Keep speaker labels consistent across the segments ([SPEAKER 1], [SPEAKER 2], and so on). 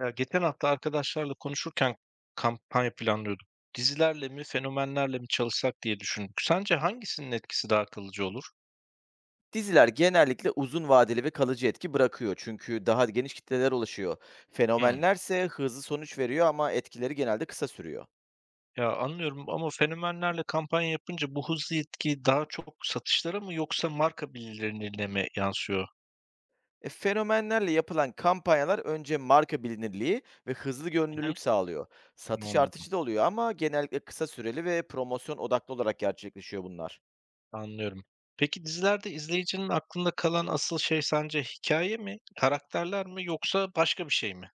[SPEAKER 1] Ya geçen hafta arkadaşlarla konuşurken kampanya planlıyorduk. Dizilerle mi, fenomenlerle mi çalışsak diye düşündük. Sence hangisinin etkisi daha kalıcı olur?
[SPEAKER 2] Diziler genellikle uzun vadeli ve kalıcı etki bırakıyor çünkü daha geniş kitlelere ulaşıyor.
[SPEAKER 1] Hmm.
[SPEAKER 2] Fenomenlerse hızlı sonuç veriyor ama etkileri genelde kısa sürüyor.
[SPEAKER 1] Ya anlıyorum ama fenomenlerle kampanya yapınca bu hızlı etki daha çok satışlara mı yoksa marka bilinirliğine mi yansıyor?
[SPEAKER 2] Fenomenlerle yapılan kampanyalar önce marka bilinirliği ve hızlı
[SPEAKER 1] Hı hı.
[SPEAKER 2] görünürlük sağlıyor. Satış
[SPEAKER 1] Anladım.
[SPEAKER 2] artışı da oluyor ama genellikle kısa süreli ve promosyon odaklı olarak gerçekleşiyor bunlar.
[SPEAKER 1] Anlıyorum. Peki dizilerde izleyicinin aklında kalan asıl şey sence hikaye mi, karakterler mi yoksa başka bir şey mi?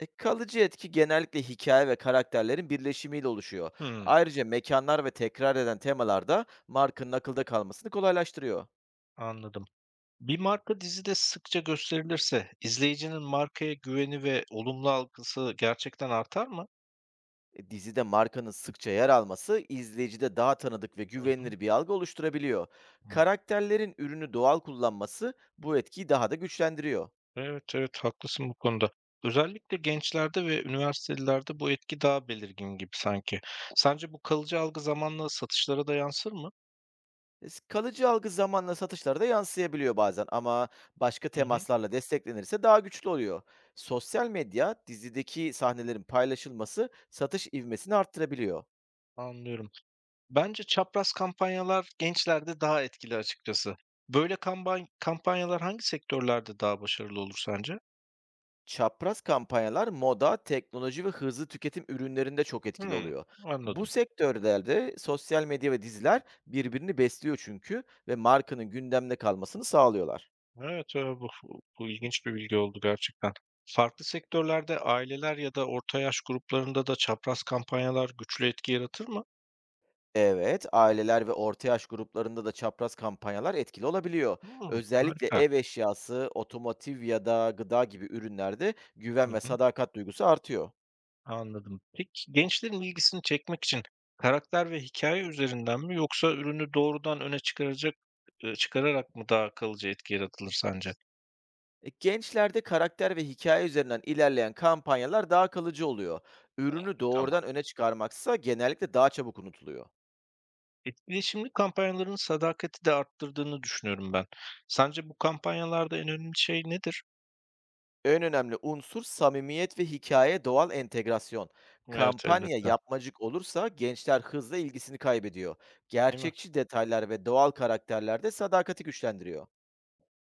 [SPEAKER 2] Kalıcı etki genellikle hikaye ve karakterlerin birleşimiyle oluşuyor.
[SPEAKER 1] Hmm,
[SPEAKER 2] Ayrıca mekanlar ve tekrar eden temalar da markanın akılda kalmasını kolaylaştırıyor.
[SPEAKER 1] anladım. Bir marka dizide sıkça gösterilirse izleyicinin markaya güveni ve olumlu algısı gerçekten artar mı?
[SPEAKER 2] Dizide markanın sıkça yer alması izleyicide daha tanıdık ve
[SPEAKER 1] Hı hı.
[SPEAKER 2] güvenilir bir algı oluşturabiliyor.
[SPEAKER 1] Hı.
[SPEAKER 2] Karakterlerin ürünü doğal kullanması bu etkiyi daha da güçlendiriyor.
[SPEAKER 1] Evet evet haklısın bu konuda. Özellikle gençlerde ve üniversitelilerde bu etki daha belirgin gibi sanki. Sence bu kalıcı algı zamanla satışlara da yansır mı?
[SPEAKER 2] Kalıcı algı zamanla satışlara da yansıyabiliyor bazen ama başka
[SPEAKER 1] Hı hı.
[SPEAKER 2] temaslarla desteklenirse daha güçlü oluyor. Sosyal medya dizideki sahnelerin paylaşılması satış ivmesini arttırabiliyor.
[SPEAKER 1] Anlıyorum. Bence çapraz kampanyalar gençlerde daha etkili açıkçası. Böyle kampanyalar hangi sektörlerde daha başarılı olur sence?
[SPEAKER 2] Çapraz kampanyalar moda, teknoloji ve hızlı tüketim ürünlerinde çok etkili
[SPEAKER 1] Hı,
[SPEAKER 2] oluyor. Bu
[SPEAKER 1] anladım.
[SPEAKER 2] sektörlerde sosyal medya ve diziler birbirini besliyor çünkü ve markanın gündemde kalmasını sağlıyorlar.
[SPEAKER 1] Evet, bu ilginç bir bilgi oldu gerçekten. Farklı sektörlerde aileler ya da orta yaş gruplarında da çapraz kampanyalar güçlü etki yaratır mı?
[SPEAKER 2] Evet, aileler ve orta yaş gruplarında da çapraz kampanyalar etkili olabiliyor.
[SPEAKER 1] Hımm,
[SPEAKER 2] Özellikle
[SPEAKER 1] harika.
[SPEAKER 2] ev eşyası, otomotiv ya da gıda gibi ürünlerde
[SPEAKER 1] Hı
[SPEAKER 2] güven ve
[SPEAKER 1] hı,
[SPEAKER 2] sadakat duygusu artıyor.
[SPEAKER 1] anladım. Peki gençlerin ilgisini çekmek için karakter ve hikaye üzerinden mi yoksa ürünü doğrudan öne çıkaracak çıkararak mı daha kalıcı etki yaratılır sence?
[SPEAKER 2] Gençlerde karakter ve hikaye üzerinden ilerleyen kampanyalar daha kalıcı oluyor. Ürünü
[SPEAKER 1] Tamam.
[SPEAKER 2] doğrudan öne çıkarmaksa genellikle daha çabuk unutuluyor.
[SPEAKER 1] Etkileşimli kampanyaların sadakati de arttırdığını düşünüyorum ben. Sence bu kampanyalarda en önemli şey nedir?
[SPEAKER 2] En önemli unsur samimiyet ve hikaye doğal entegrasyon.
[SPEAKER 1] Evet,
[SPEAKER 2] Kampanya
[SPEAKER 1] elbette.
[SPEAKER 2] yapmacık olursa gençler hızla ilgisini kaybediyor.
[SPEAKER 1] Değil mi?
[SPEAKER 2] Gerçekçi detaylar ve doğal karakterler de sadakati güçlendiriyor.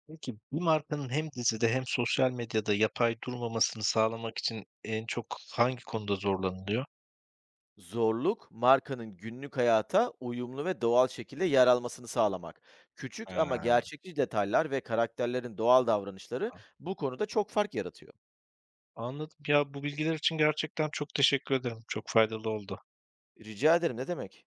[SPEAKER 1] Peki bir markanın hem dizide hem sosyal medyada yapay durmamasını sağlamak için en çok hangi konuda zorlanılıyor?
[SPEAKER 2] Zorluk, markanın günlük hayata uyumlu ve doğal şekilde yer almasını sağlamak. Küçük ama
[SPEAKER 1] He.
[SPEAKER 2] gerçekçi detaylar ve karakterlerin doğal davranışları bu konuda çok fark yaratıyor.
[SPEAKER 1] Anladım. Ya bu bilgiler için gerçekten çok teşekkür ederim. Çok faydalı oldu.
[SPEAKER 2] Rica ederim, ne demek?